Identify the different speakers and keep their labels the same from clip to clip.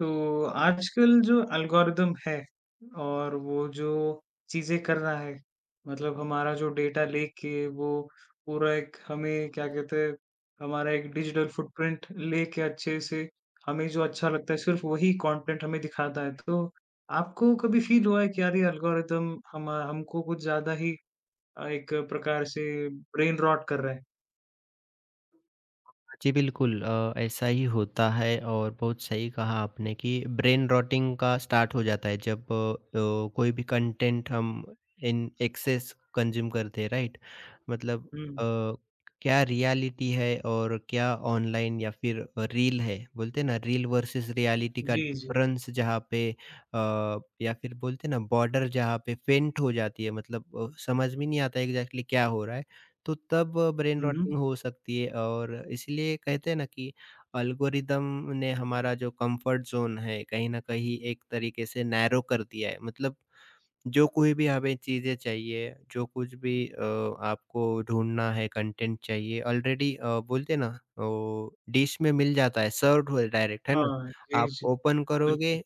Speaker 1: तो आजकल जो एल्गोरिदम है और वो जो चीज़ें कर रहा है, मतलब हमारा जो डेटा लेके वो पूरा एक हमें क्या कहते हैं, हमारा एक डिजिटल फुटप्रिंट लेके अच्छे से हमें जो अच्छा लगता है सिर्फ़ वही कंटेंट हमें दिखाता है। तो आपको कभी फ़ील हुआ है कि यार ये एल्गोरिदम हम हमको कुछ ज़्यादा ही एक प्रकार से ब्रेन रॉट कर रहा है?
Speaker 2: जी बिल्कुल, ऐसा ही होता है और बहुत सही कहा आपने कि ब्रेन रॉटिंग का स्टार्ट हो जाता है जब कोई भी कंटेंट हम इन एक्सेस कंज्यूम करते हैं, राइट। मतलब
Speaker 1: हुँ।
Speaker 2: अ, क्या रियलिटी है और क्या ऑनलाइन या फिर रील है, बोलते हैं ना रील वर्सेस रियलिटी का
Speaker 1: जी, जी।
Speaker 2: डिफरेंस जहाँ पे, या फिर बोलते हैं ना बॉर्डर जहाँ पे फेंट हो जाती है। मतलब समझ में नहीं आता एग्जैक्टली क्या हो रहा है। तो तब ब्रेन
Speaker 1: हुँ, हुँ।
Speaker 2: रॉटिंग हो सकती है और इसलिए कहते हैं ना कि एल्गोरिदम ने हमारा जो कंफर्ट जोन है कहीं न कहीं एक तरीके से नैरो कर दिया है। मतलब जो कोई भी हमें चीज़ें चाहिए, जो कुछ भी आपको ढूँढना है, कंटेंट चाहिए ऑलरेडी, बोलते हैं ना वो डिश में मिल जाता है, सर्व्ड हो डायरेक्ट, है ना?
Speaker 1: हाँ, जी,
Speaker 2: आप
Speaker 1: जी।
Speaker 2: ओपन
Speaker 1: बिल्कुल।
Speaker 2: करोगे,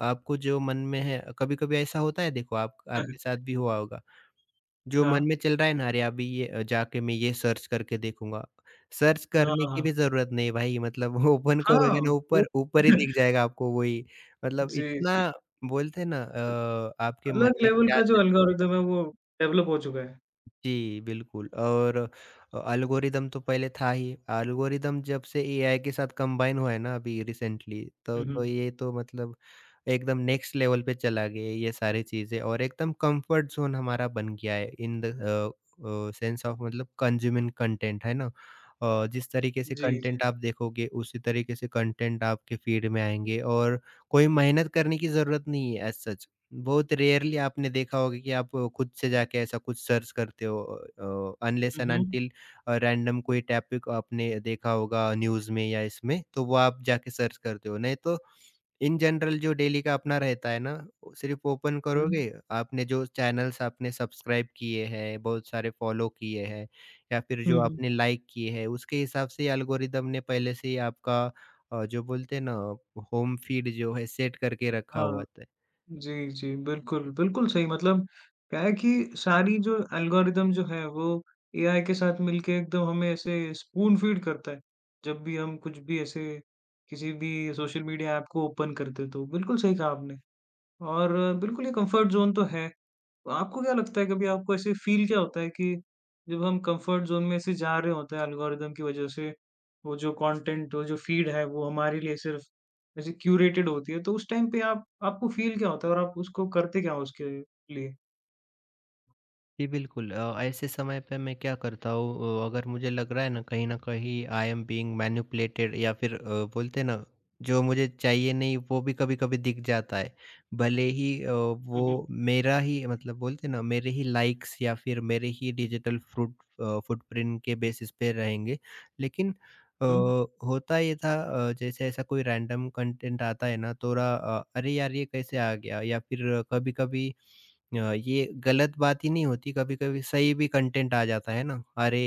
Speaker 2: आपको जो मन में है, कभी-कभी ऐसा होता है। देखो, आप आपके साथ भी हुआ होगा। जो
Speaker 1: हाँ,
Speaker 2: मन में चल रहा है ना, अरे अभी ये जाके मैं ये सर्च करके देखूँगा। सर्च
Speaker 1: हाँ,
Speaker 2: करने की
Speaker 1: हाँ।
Speaker 2: भी ज़रूरत नहीं भाई मतलब ओपन
Speaker 1: हाँ,
Speaker 2: करोगे ना,
Speaker 1: वो
Speaker 2: ऊपर, ऊपर ही दिख जाएगा आपको वही। मतलब
Speaker 1: जी, जी।
Speaker 2: इतना बोलते हैं ना, आपके मन
Speaker 1: अलग
Speaker 2: में
Speaker 1: लेवल का
Speaker 2: क्या
Speaker 1: जो
Speaker 2: चल।
Speaker 1: एल्गोरिदम है वो डेवलप हो चुका है।
Speaker 2: जी, बिल्कुल। और एल्गोरिदम तो पहले था ही। एल्गोरिदम जब से एआई के साथ कंबाइन हुआ है ना अभी रिसेंटली, तो
Speaker 1: हुँ,
Speaker 2: तो
Speaker 1: हुँ।
Speaker 2: ये तो मतलब एकदम नेक्स्ट लेवल पे चला गया है ये सारी चीज़ें, और एकदम कंफर्ट ज़ोन हमारा बन गया है इन द सेंस ऑफ मतलब कंज्यूमिंग कंटेंट, है ना? जिस तरीके से
Speaker 1: जी, जी।
Speaker 2: कंटेंट आप देखोगे, उसी तरीके से कंटेंट आपके फीड में आएँगे और कोई मेहनत करने की ज़रूरत नहीं है एज़ सच। बहुत रेयरली आपने देखा होगा कि आप खुद से जाके ऐसा कुछ सर्च करते हो unless
Speaker 1: hmm,
Speaker 2: and
Speaker 1: hmm.
Speaker 2: Until random कोई टॉपिक आपने देखा होगा न्यूज़ में या इसमें, तो वो आप जाके सर्च करते हो। नहीं तो इन जनरल जो डेली का अपना रहता है ना, वो सिर्फ ओपन करोगे,
Speaker 1: हुँ।
Speaker 2: आपने जो चैनल्स आपने सब्सक्राइब किए हैं, बहुत सारे फॉलो किए हैं या फिर
Speaker 1: हुँ,
Speaker 2: जो
Speaker 1: हुँ।
Speaker 2: आपने लाइक किए हैं, उसके हिसाब से एल्गोरिदम ने पहले से ही आपका जो बोलते हैं ना, होम फीड जो है, सेट करके रखा हुआ
Speaker 1: हाँ।
Speaker 2: होता है।
Speaker 1: जी, जी, बिल्कुल, बिल्कुल सही मतलब क्या है कि सारी जो एल्गोरिदम जो है वो एआई के साथ मिलके एकदम हमें ऐसे स्पून फीड करता है। जब भी हम कुछ भी ऐसे किसी भी सोशल मीडिया ऐप को ओपन करते हैं तो बिल्कुल सही कहा आपने और बिल्कुल ये कम्फर्ट ज़ोन तो है। तो आपको क्या लगता है कभी आपको ऐसे फ़ील क्या होता है कि जब हम कम्फ़र्ट ज़ोन में ऐसे जा रहे होते हैं एल्गोरिदम की वज़ह से, वो जो कंटेंट वो जो फ़ीड है वो हमारे लिए सिर्फ़ ऐसे क्यूरेटेड होती है, तो उस टाइम पे आप आपको फ़ील क्या होता है और आप उसको करते क्या हो उसके लिए?
Speaker 2: जी, बिल्कुल। ऐसे समय पे मैं क्या करता हूँ, अगर मुझे लग रहा है ना कहीं न कहीं आई एम बीइंग मैनिपुलेटेड या फिर, बोलते हैं ना जो मुझे चाहिए नहीं वो भी कभी-कभी दिख जाता है। भले ही
Speaker 1: हुँ,
Speaker 2: वो
Speaker 1: हुँ।
Speaker 2: मेरा ही मतलब, बोलते हैं ना, मेरे ही लाइक्स या फिर मेरे ही डिजिटल फ्रूट, फुटप्रिंट के बेसिस पे रहेंगे। लेकिन अ,
Speaker 1: हुँ,
Speaker 2: होता ये था जैसे ऐसा कोई रैंडम कंटेंट आता है ना थोड़ा, "अरे यार! ये कैसे आ गया?" या फिर कभी-कभी ये गलत बात ही नहीं होती, कभी-कभी सही भी कंटेंट आ जाता है ना।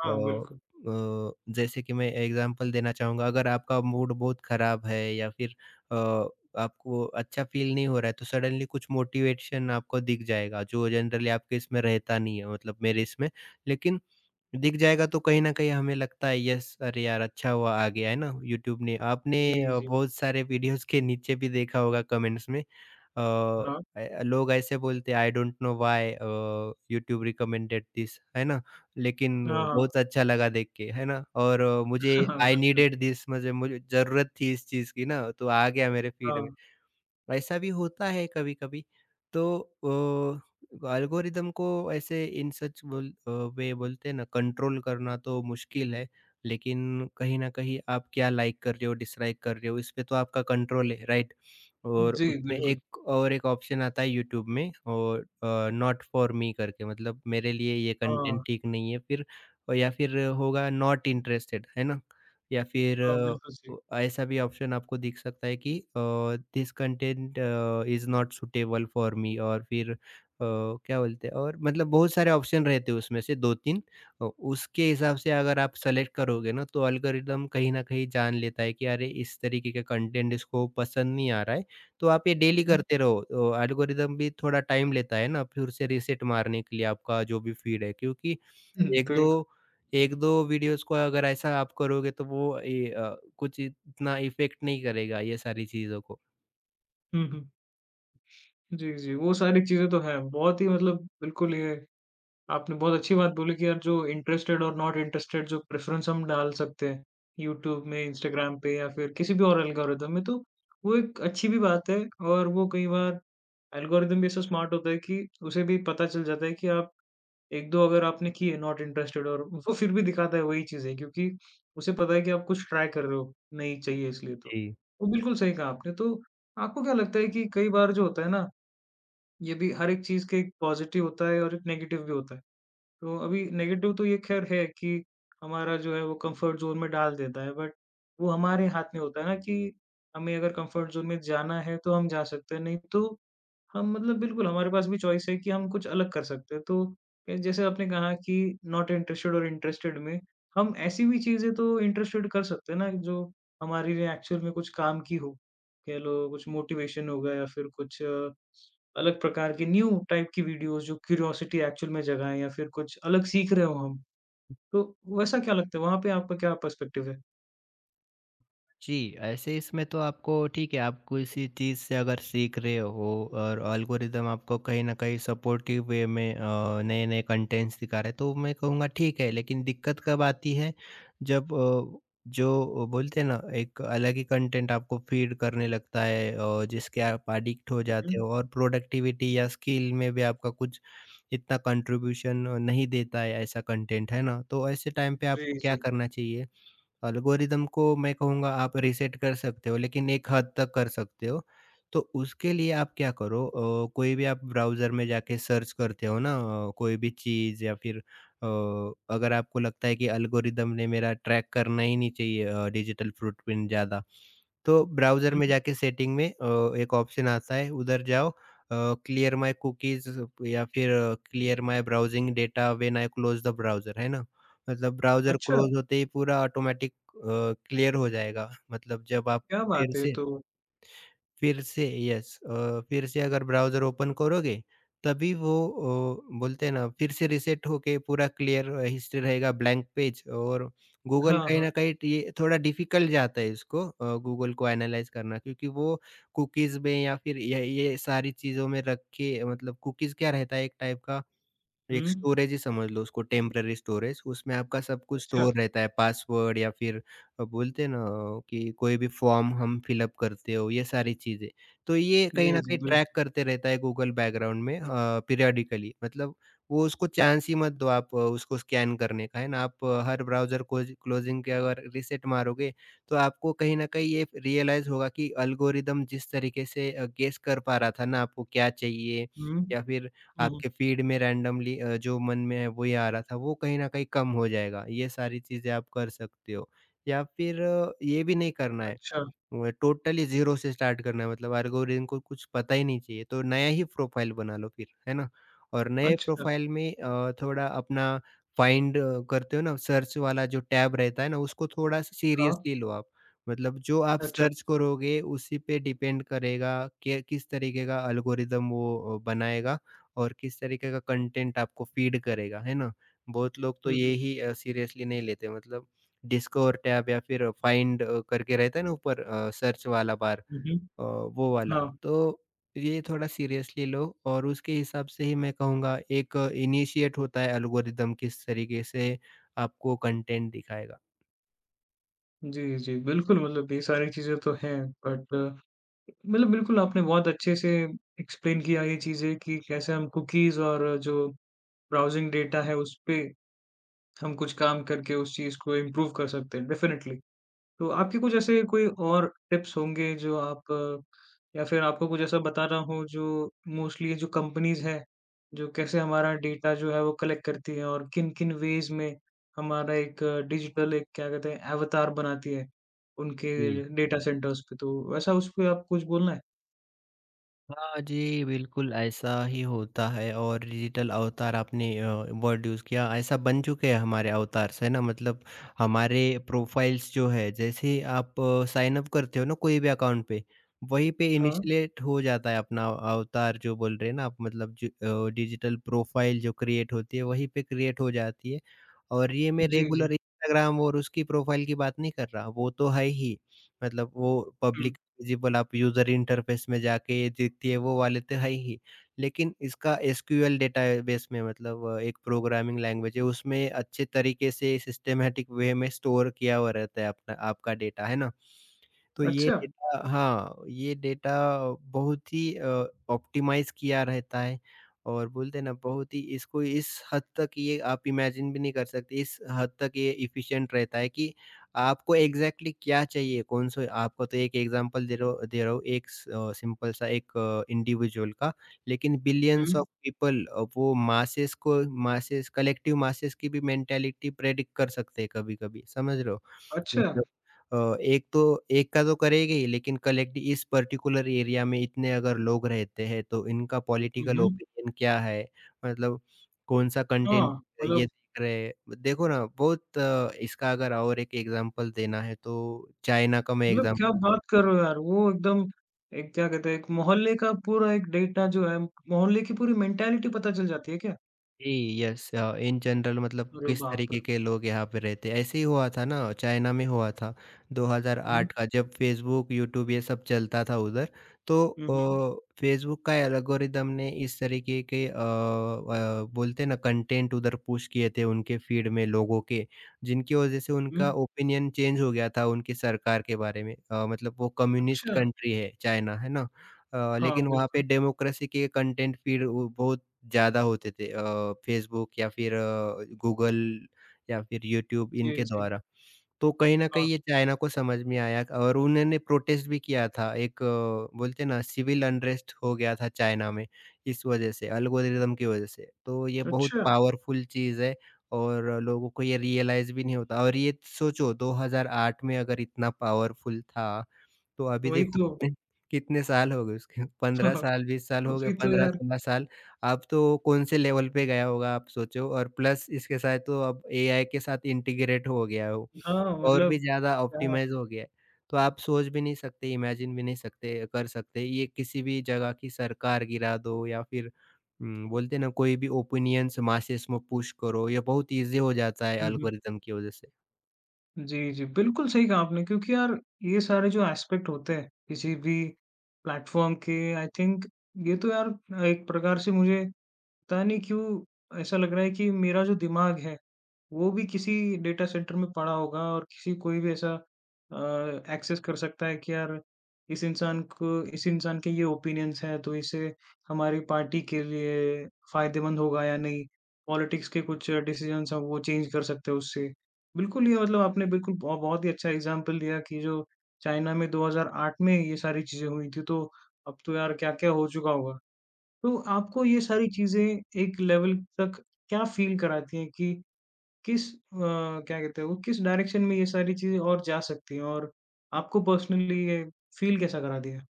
Speaker 1: हाँ,
Speaker 2: अ
Speaker 1: बिल्कुल।
Speaker 2: अ, जैसे कि मैं एग्ज़ाम्पल देना चाहूँगा, अगर आपका मूड बहुत ख़राब है या फिर अ, आपको अच्छा फ़ील नहीं हो रहा है, तो सडनली कुछ मोटिवेशन आपको दिख जाएगा, जो जनरली आपके इसमें रहता नहीं है, मतलब मेरे इसमें। लेकिन दिख जाएगा तो कहीं न कहीं हमें लगता है, "यस, अरे यार, अच्छा हुआ आ गया।" है ना? यूट्यूब ने आपने
Speaker 1: जी, जी।
Speaker 2: बहुत सारे वीडियोज़ के नीचे भी देखा होगा कमेंट्स में, अ,
Speaker 1: हाँ।
Speaker 2: लोग ऐसे बोलते, I don't know why YouTube recommended this, है ना? लेकिन
Speaker 1: हाँ, हाँ।
Speaker 2: बहुत अच्छा लगा देख के, है ना? और मुझे
Speaker 1: हाँ,
Speaker 2: आई
Speaker 1: बिल्कुल।
Speaker 2: नीडेड दिस, मुझे मुझे ज़रूरत थी इस चीज़ की ना, तो आ गया मेरे फीड में।
Speaker 1: हाँ।
Speaker 2: ऐसा भी होता है कभी-कभी। तो अ, एल्गोरिदम को ऐसे इन सच बोल, वे बोलते हैं ना, कंट्रोल करना तो मुश्किल है, लेकिन कहीं न कहीं आप क्या लाइक कर रहे हो, डिसलाइक कर रहे हो, इसपे तो आपका कंट्रोल है, राइट? और
Speaker 1: जी,
Speaker 2: उसमें
Speaker 1: बिल्कुल।
Speaker 2: एक ऑप्शन आता है यूट्यूब में, और नॉट फॉर मी करके मतलब मेरे लिए ये कंटेंट
Speaker 1: हाँ,
Speaker 2: ठीक नहीं है, फिर या फिर होगा नॉट इंटरेस्टेड, है ना? या फिर
Speaker 1: हाँ, बिल्कुल सही।
Speaker 2: ऐसा भी ऑप्शन आपको दिख सकता है कि this content is not suitable for me, और फिर क्या बोलते हैं, और मतलब बहुत सारे ऑप्शन रहते हैं, उसमें से दो तीन उसके हिसाब से अगर आप सेलेक्ट करोगे ना, तो अल्गोरिदम कहीं ना कहीं जान लेता है कि अरे इस तरीके का कंटेंट इसको पसंद नहीं आ रहा है। तो आप ये डेली करते रहो, अल्गोरिदम भी थोड़ा टाइम लेता है ना फिर से रिसेट मारने के लिए आपका जो भी फीड है, क्योंकि
Speaker 1: हुँ,
Speaker 2: एक दो
Speaker 1: बिल्कुल।
Speaker 2: 1-2 वीडियोज़ को अगर ऐसा आप करोगे, तो वो ये कुछ इतना इफ़ेक्ट नहीं करेगा ये सारी चीज़ों को।
Speaker 1: हुँ, हुँ। जी, जी, वो सारी चीज़ें तो हैं। बहुत ही मतलब बिल्कुल ये आपने बहुत अच्छी बात बोली कि यार जो इंटरेस्टेड और नॉट इंटरेस्टेड जो प्रेफरेंस हम डाल सकते हैं यूट्यूब में, इंस्टाग्राम पे या फिर किसी भी और एल्गोरिदम में, तो वो एक अच्छी भी बात है और वो कई बार एल्गोरिदम भी ऐसा स्मार्ट होता है कि उसे भी पता चल जाता है कि आप 1-2 अगर आपने किए नॉट इंटरेस्टेड और वो फिर भी दिखाता है वही चीज़ें क्योंकि उसे पता है कि आप कुछ ट्राई कर रहे हो, नहीं चाहिए इसलिए तो।
Speaker 2: जी।
Speaker 1: तो बिल्कुल सही कहा आपने। तो आपको क्या लगता है कि कई बार जो होता है ना, ये भी हर एक चीज़ के एक पॉज़िटिव होता है और एक नेगेटिव भी होता है। तो अभी नेगेटिव तो ये ख़ैर है कि हमारा जो है वो कम्फ़र्ट ज़ोन में डाल देता है बट वो हमारे हाथ में होता है ना कि हमें अगर कम्फ़र्ट ज़ोन में जाना है तो हम जा सकते हैं, नहीं तो हम मतलब बिल्कुल हमारे पास भी चॉइस है कि हम कुछ अलग कर सकते हैं। तो ए, जैसे आपने कहा कि नॉट इंटरेस्टेड और इंटरेस्टेड में हम ऐसी भी चीज़ें तो इंटरेस्टेड कर सकते हैं ना जो हमारे लिए एक्चुअल में कुछ काम की हो। कह लो कुछ मोटिवेशन होगा या फिर कुछ अलग प्रकार की न्यू टाइप की वीडियोज़ जो क्यूरियोसिटी एक्चुअल में जगाएँ या फिर कुछ अलग सीख रहे हो हम। तो वैसा क्या लगता है वहाँ पे आपका क्या पर्सपेक्टिव है?
Speaker 2: जी, ऐसे इसमें तो आपको ठीक है, आप किसी चीज़ से अगर सीख रहे हो और एल्गोरिदम आपको कहीं न कहीं सपोर्टिव वे में नए-नए कंटेंट्स दिखा रहा है, तो मैं कहूँगा ठीक है। लेकिन दिक्कत कब आती है, जब जो बोलते हैं ना, एक अलग ही कंटेंट आपको फीड करने लगता है और जिसके आप एडिक्ट हो
Speaker 1: हुँ,
Speaker 2: जाते
Speaker 1: हुँ।
Speaker 2: हो और प्रोडक्टिविटी या स्किल में भी आपका कुछ इतना कंट्रीब्यूशन नहीं देता है ऐसा कंटेंट, है ना? तो ऐसे टाइम पे आपको
Speaker 1: जी,
Speaker 2: क्या
Speaker 1: जी।
Speaker 2: करना चाहिए? एल्गोरिदम को मैं कहूँगा आप रीसेट कर सकते हो, लेकिन एक हद तक कर सकते हो। तो उसके लिए आप क्या करो, कोई भी आप ब्राउज़र में जाके सर्च करते हो ना, कोई भी चीज़, या फिर अगर आपको लगता है कि एल्गोरिदम ने मेरा ट्रैक करना ही नहीं चाहिए, डिजिटल फ़ुटप्रिंट ज़्यादा। तो ब्राउज़र में
Speaker 1: हुँ।
Speaker 2: जाके सेटिंग में एक ऑप्शन आता है, उधर जाओ, क्लियर माय कुकीज़, या फिर clear my browsing data when I close the browser, है ना? मतलब ब्राउज़र
Speaker 1: अच्छा,
Speaker 2: क्लोज़ होते ही पूरा ऑटोमैटिक क्लियर हो जाएगा। मतलब जब आप
Speaker 1: क्या
Speaker 2: फिर
Speaker 1: बात है!
Speaker 2: से
Speaker 1: तो
Speaker 2: फिर से यस, फिर से अगर ब्राउज़र ओपन करोगे, तभी वो बोलते हैं ना, फिर से रीसेट होके पूरा क्लियर हिस्ट्री रहेगा, ब्लैंक पेज। और गूगल
Speaker 1: हाँ,
Speaker 2: कहीं
Speaker 1: हाँ।
Speaker 2: न कहीं ट ये थोड़ा डिफ़िकल्ट जाता है इसको, गूगल को एनालाइज़ करना, क्योंकि वो कुकीज़ में या फिर ये सारी चीज़ों में रख के, मतलब कुकीज़ क्या रहता है, एक टाइप का एक
Speaker 1: हुँ।
Speaker 2: स्टोरेज ही समझ लो उसको, टेम्पररी स्टोरेज। उसमें आपका सब कुछ
Speaker 1: अच्छा।
Speaker 2: स्टोर रहता है, पासवर्ड या फिर बोलते हैं ना कि कोई भी फॉर्म हम फिलअप करते हो, ये सारी चीज़ें। तो ये कहीं
Speaker 1: जी,
Speaker 2: न
Speaker 1: जी।
Speaker 2: कहीं
Speaker 1: बिल्कुल।
Speaker 2: ट्रैक करते रहता है गूगल बैकग्राउंड में, पीरियडिकली, मतलब वो उसको चांस ही मत दो आप, उसको स्कैन करने का, है ना? आप हर ब्राउज़र कोज क्लोज़िंग के अगर रीसेट मारोगे, तो आपको कहीं न कहीं ये रियलाइज़ होगा कि एल्गोरिदम जिस तरीके से गेस कर पा रहा था ना आपको क्या चाहिए
Speaker 1: हुँ,
Speaker 2: या फिर
Speaker 1: हुँ, हुँ।
Speaker 2: आपके फीड में रैंडमली, जो मन में है वही आ रहा था, वो कहीं न कहीं कम हो जाएगा। ये सारी चीज़ें आप कर सकते हो। या फिर ये भी नहीं करना है,
Speaker 1: अच्छा,
Speaker 2: वो टोटली ज़ीरो से स्टार्ट करना है, मतलब एल्गोरिदम को कुछ पता ही नहीं चाहिए, तो नया ही प्रोफ़ाइल बना लो फिर, है ना? और नए
Speaker 1: अच्छा,
Speaker 2: प्रोफ़ाइल में थोड़ा अपना फाइंड करते हो ना, सर्च वाला जो टैब रहता है ना, उसको थोड़ा
Speaker 1: हाँ,
Speaker 2: सीरियसली लो आप। मतलब जो आप
Speaker 1: अच्छा।
Speaker 2: सर्च करोगे उसी पे डिपेंड करेगा कि किस तरीके का एल्गोरिदम वो बनाएगा, और किस तरीके का कंटेंट आपको फ़ीड करेगा, है ना? बहुत लोग तो
Speaker 1: हुँ,
Speaker 2: ये
Speaker 1: हुँ,
Speaker 2: ही सीरियसली नहीं लेते, मतलब डिस्कवर टैब या फिर फाइंड करके रहता है ना ऊपर, सर्च वाला बार,
Speaker 1: हुँ, हुँ।
Speaker 2: वो वाला।
Speaker 1: हाँ,
Speaker 2: तो ये थोड़ा सीरियसली लो, और उसके हिसाब से ही मैं कहूँगा एक इनिशिएट होता है एल्गोरिदम किस तरीके से आपको कंटेंट दिखाएगा।
Speaker 1: जी, जी, बिल्कुल मतलब ये सारी चीज़ें तो हैं बट मतलब बिल्कुल आपने बहुत अच्छे से एक्सप्लेन किया ये चीज़ें कि कैसे हम कुकीज़ और जो ब्राउज़िंग डेटा है, उसपे हम कुछ काम करके उस चीज़ को इम्प्रूव कर सकते हैं, डेफ़िनिटली। तो आपके कुछ ऐसे कोई और टिप्स होंगे जो या फिर आपको कुछ ऐसा बता रहा हूँ जो मोस्टली जो कंपनीज़ हैं, जो कैसे हमारा डेटा जो है वो कलेक्ट करती है और किन-किन वेज़ में हमारा एक डिजिटल एक क्या कहते हैं अवतार बनाती है, उनके डेटा सेंटर्स पे। तो वैसा उसपे आप कुछ बोलना है?
Speaker 2: हाँ जी, बिल्कुल ऐसा ही होता है। और डिजिटल अवतार आपने वर्ड यूज़ किया, ऐसा बन चुके हैं हमारे अवतार्स, है ना? मतलब हमारे प्रोफाइल्स जो है, जैसे आप साइन अप करते हो ना कोई भी अकाउंट पे, वहीं पे
Speaker 1: हाँ।
Speaker 2: इनिशिएट हो जाता है अपना अवतार जो बोल रहे हैं ना आप, मतलब जो डिजिटल प्रोफाइल जो क्रिएट होती है वहीं पे क्रिएट हो जाती है। और ये मैं
Speaker 1: जी, जी।
Speaker 2: रेगुलर इंस्टाग्राम और उसकी प्रोफाइल की बात नहीं कर रहा, वो तो है ही, मतलब वो
Speaker 1: हुँ।
Speaker 2: पब्लिक विज़िबल, आप यूज़र इंटरफ़ेस में जाके ये दिखती है वो वाले तो है ही। लेकिन इसका एसक्यूएल डेटाबेस में, मतलब एक प्रोग्रामिंग लैंग्वेज है, उसमें अच्छे तरीके से सिस्टमैटिक वे में स्टोर किया हुआ रहता है अपना आपका डेटा, है ना? तो ये
Speaker 1: अच्छा।
Speaker 2: डेटा, हाँ, ये डेटा बहुत ही ऑप्टिमाइज़ किया रहता है। और बोलते हैं ना बहुत ही इसको इस हद तक ये आप इमेजिन भी नहीं कर सकते, इस हद तक ये एफ़िशिएंट रहता है कि आपको एग्ज़ैक्टली क्या चाहिए, कौन-सा आपको तो एक एग्ज़ाम्पल दे रहा हूँ एक सिंपल सा एक इंडिविजुअल का, लेकिन बिलियंस
Speaker 1: हुँ।
Speaker 2: ऑफ पीपल वो मासेस को मासेस कलेक्टिव मासेस की भी मेंटालिटी प्रेडिक्ट कर सकते हैं कभी-कभी, समझ रहे हो?
Speaker 1: अच्छा।
Speaker 2: मतलब एक तो एक का तो करेंगे ही, लेकिन कलेक्ट इस पर्टिकुलर एरिया में इतने अगर लोग रहते हैं, तो इनका
Speaker 1: हुँ,
Speaker 2: पॉलिटिकल
Speaker 1: हुँ।
Speaker 2: ओपिनियन क्या है? मतलब कौन-सा
Speaker 1: हाँ,
Speaker 2: कंटेंट ये
Speaker 1: मतलब
Speaker 2: देख रहे हैं। देखो ना, बहुत इसका अगर और एक एग्ज़ाम्पल देना है, तो चाइना का मैं
Speaker 1: मतलब क्या
Speaker 2: एग्ज़ाम्पल।
Speaker 1: बात कर रहे हो यार! वो एकदम एक क्या कहते हैं, एक मोहल्ले का पूरा एक डेटा जो है, मोहल्ले की पूरी मेंटालिटी पता चल जाती है क्या?
Speaker 2: जी, यस इन जनरल मतलब
Speaker 1: अरे
Speaker 2: किस
Speaker 1: बाप
Speaker 2: तरीके
Speaker 1: रे!
Speaker 2: के लोग यहाँ पे रहते हैं। ऐसे ही हुआ था ना, चाइना में हुआ था
Speaker 1: हुँ,
Speaker 2: 2008 का, जब फ़ेसबुक, यूट्यूब ये सब चलता था उधर। तो
Speaker 1: हुँ, हुँ,
Speaker 2: फ़ेसबुक का एल्गोरिदम ने इस तरीके के बोलते हैं ना कंटेंट उधर पुश किए थे उनके फ़ीड में लोगों के, जिनकी वज़ह से
Speaker 1: हुँ।
Speaker 2: उनका ओपिनियन चेंज हो गया था उनकी सरकार के बारे में। मतलब वो कम्युनिस्ट
Speaker 1: अच्छा,
Speaker 2: कंट्री है चाइना, है ना?
Speaker 1: हाँ,
Speaker 2: लेकिन वहाँ पे
Speaker 1: बिल्कुल।
Speaker 2: डेमोक्रेसी के कंटेंट फ़ीड वो बहुत ज़्यादा होते थे फेसबुक या फिर गूगल या फिर यूट्यूब
Speaker 1: जी,
Speaker 2: इनके
Speaker 1: जी,
Speaker 2: द्वारा। तो कहीं न
Speaker 1: हाँ।
Speaker 2: कहीं ये चाइना को समझ में आया और उन्होंने प्रोटेस्ट भी किया था, एक बोलते हैं ना सिविल अनरेस्ट हो गया था चाइना में इस वजह से, एल्गोरिदम की वजह से। तो ये बहुत
Speaker 1: अच्छा,
Speaker 2: पावरफुल चीज़ है और लोगों को ये रियलाइज़ भी नहीं होता। और ये सोचो 2008 में अगर इतना पावरफुल था तो अभी
Speaker 1: वही
Speaker 2: देखो
Speaker 1: तो।
Speaker 2: कितने कितने साल हो गए उसके, 15 साल, 20 साल हो गए,
Speaker 1: वही तो यार।
Speaker 2: 15-16 साल। अब तो कौन से लेवल पे गया होगा आप सोचो। और प्लस इसके साथ तो अब एआई के साथ इंटीग्रेट हो गया है वो,
Speaker 1: हाँ,
Speaker 2: और भी
Speaker 1: मतलब
Speaker 2: ज़्यादा
Speaker 1: क्या
Speaker 2: ऑप्टिमाइज़ हो गया है। तो आप सोच भी नहीं सकते, इमेजिन भी नहीं सकते, कर सकते। ये किसी भी जगह की सरकार गिरा दो या फिर बोलते हैं ना कोई भी ओपिनियंस मासेस में पुश करो, ये बहुत ईज़ी हो जाता है
Speaker 1: हुँ, हुँ।
Speaker 2: एल्गोरिदम की वजह से।
Speaker 1: जी, जी, बिल्कुल सही कहा आपने क्योंकि यार ये सारे जो एस्पेक्ट होते हैं किसी भी प्लेटफ़ॉर्म के आई थिंक ये तो यार एक प्रकार से मुझे पता नहीं क्यों ऐसा लग रहा है कि मेरा जो दिमाग है, वो भी किसी डेटा सेंटर में पड़ा होगा और किसी कोई भी ऐसा एक्सेस कर सकता है कि यार इस इंसान को इस इंसान के ये ओपिनियंस हैं तो इसे हमारी पार्टी के लिए फायदेमंद होगा या नहीं, पॉलिटिक्स के कुछ डिसीजंस हैं वो चेंज कर सकते हैं उससे। बिल्कुल ये मतलब आपने बिल्कुल ब बहुत ही अच्छा एग्ज़ाम्पल दिया कि जो चाइना में 2008 में ये सारी चीज़ें हुई थी तो अब तो यार क्या-क्या हो चुका होगा। तो आपको ये सारी चीज़ें एक लेवल तक क्या फ़ील कराती हैं कि क्या कहते हैं वो किस डायरेक्शन में ये सारी चीज़ें और जा सकती हैं और आपको पर्सनली ये फ़ील कैसा कराती है?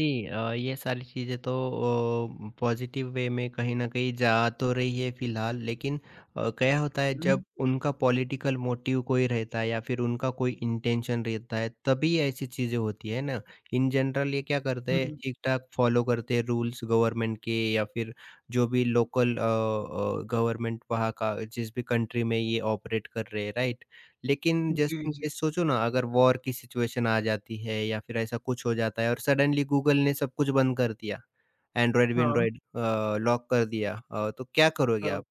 Speaker 2: जी ये सारी चीज़ें तो पॉजिटिव वे में कहीं न कहीं जा तो रही है फ़िलहाल, लेकिन क्या होता है
Speaker 1: हुँ,
Speaker 2: जब उनका पॉलिटिकल मोटिव कोई रहता है या फिर उनका कोई इंटेंशन रहता है, तभी ऐसी चीज़ें होती है ना। इन जनरल ये क्या करते
Speaker 1: हुँ,
Speaker 2: हैं,
Speaker 1: हुँ।
Speaker 2: ठीक-ठाक फ़ॉलो करते हैं रूल्स गवर्नमेंट के, या फिर जो भी लोकल गवर्नमेंट वहाँ का, जिस भी कंट्री में ये ऑपरेट कर रहे हैं, राइट? लेकिन जस्ट
Speaker 1: जी,
Speaker 2: इन
Speaker 1: जी।
Speaker 2: केस सोचो ना, अगर वॉर की सिचुएशन आ जाती है या फिर ऐसा कुछ हो जाता है और सडनली गूगल ने सब कुछ बंद कर दिया,
Speaker 1: हाँ,
Speaker 2: एंड्रॉइड-वैंड्रॉइड लॉक कर दिया, तो क्या करोगे
Speaker 1: हाँ।
Speaker 2: आप?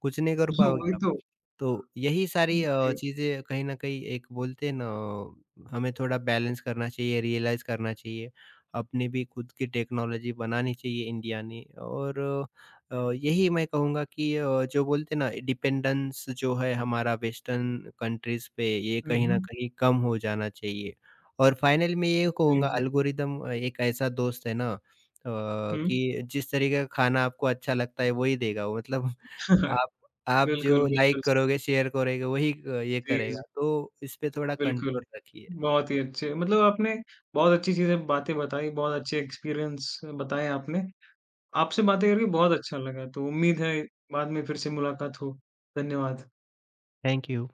Speaker 2: कुछ नहीं कर
Speaker 1: हाँ,
Speaker 2: पाओगे
Speaker 1: वही
Speaker 2: आप।
Speaker 1: तो।
Speaker 2: तो यही सारी
Speaker 1: जी।
Speaker 2: चीज़ें कहीं न कहीं एक बोलते हैं ना, हमें थोड़ा बैलेंस करना चाहिए, रियलाइज़ करना चाहिए। अपनी भी खुद की टेक्नोलॉजी बनानी चाहिए इंडिया ने, और यही मैं कहूँगा कि जो बोलते हैं ना डिपेंडेंस जो है हमारा वेस्टर्न कंट्रीज़ पे, ये
Speaker 1: हुँ,
Speaker 2: कहीं न
Speaker 1: हुँ।
Speaker 2: कहीं कम हो जाना चाहिए। और फाइनल में ये
Speaker 1: जी,
Speaker 2: कहूँगा,
Speaker 1: जी।
Speaker 2: एल्गोरिदम एक ऐसा दोस्त है ना
Speaker 1: हुँ।
Speaker 2: कि जिस तरीके का खाना आपको अच्छा लगता है वही देगा वो, मतलब आप आप जो
Speaker 1: बिल्कुल, बिल्कुल
Speaker 2: लाइक
Speaker 1: सही।
Speaker 2: करोगे, शेयर करोगे, वही ये
Speaker 1: जी, जी।
Speaker 2: करेगा, तो इस पे थोड़ा
Speaker 1: बिल्कुल।
Speaker 2: कंट्रोल रखिए।
Speaker 1: बहुत ही अच्छे मतलब आपने बहुत अच्छी चीज़ें बातें बताई, बहुत अच्छे एक्सपीरियंस बताए आपने। आपसे बातें करके बहुत अच्छा लगा, तो उम्मीद है बाद में फिर से मुलाकात हो। धन्यवाद।
Speaker 2: Thank you.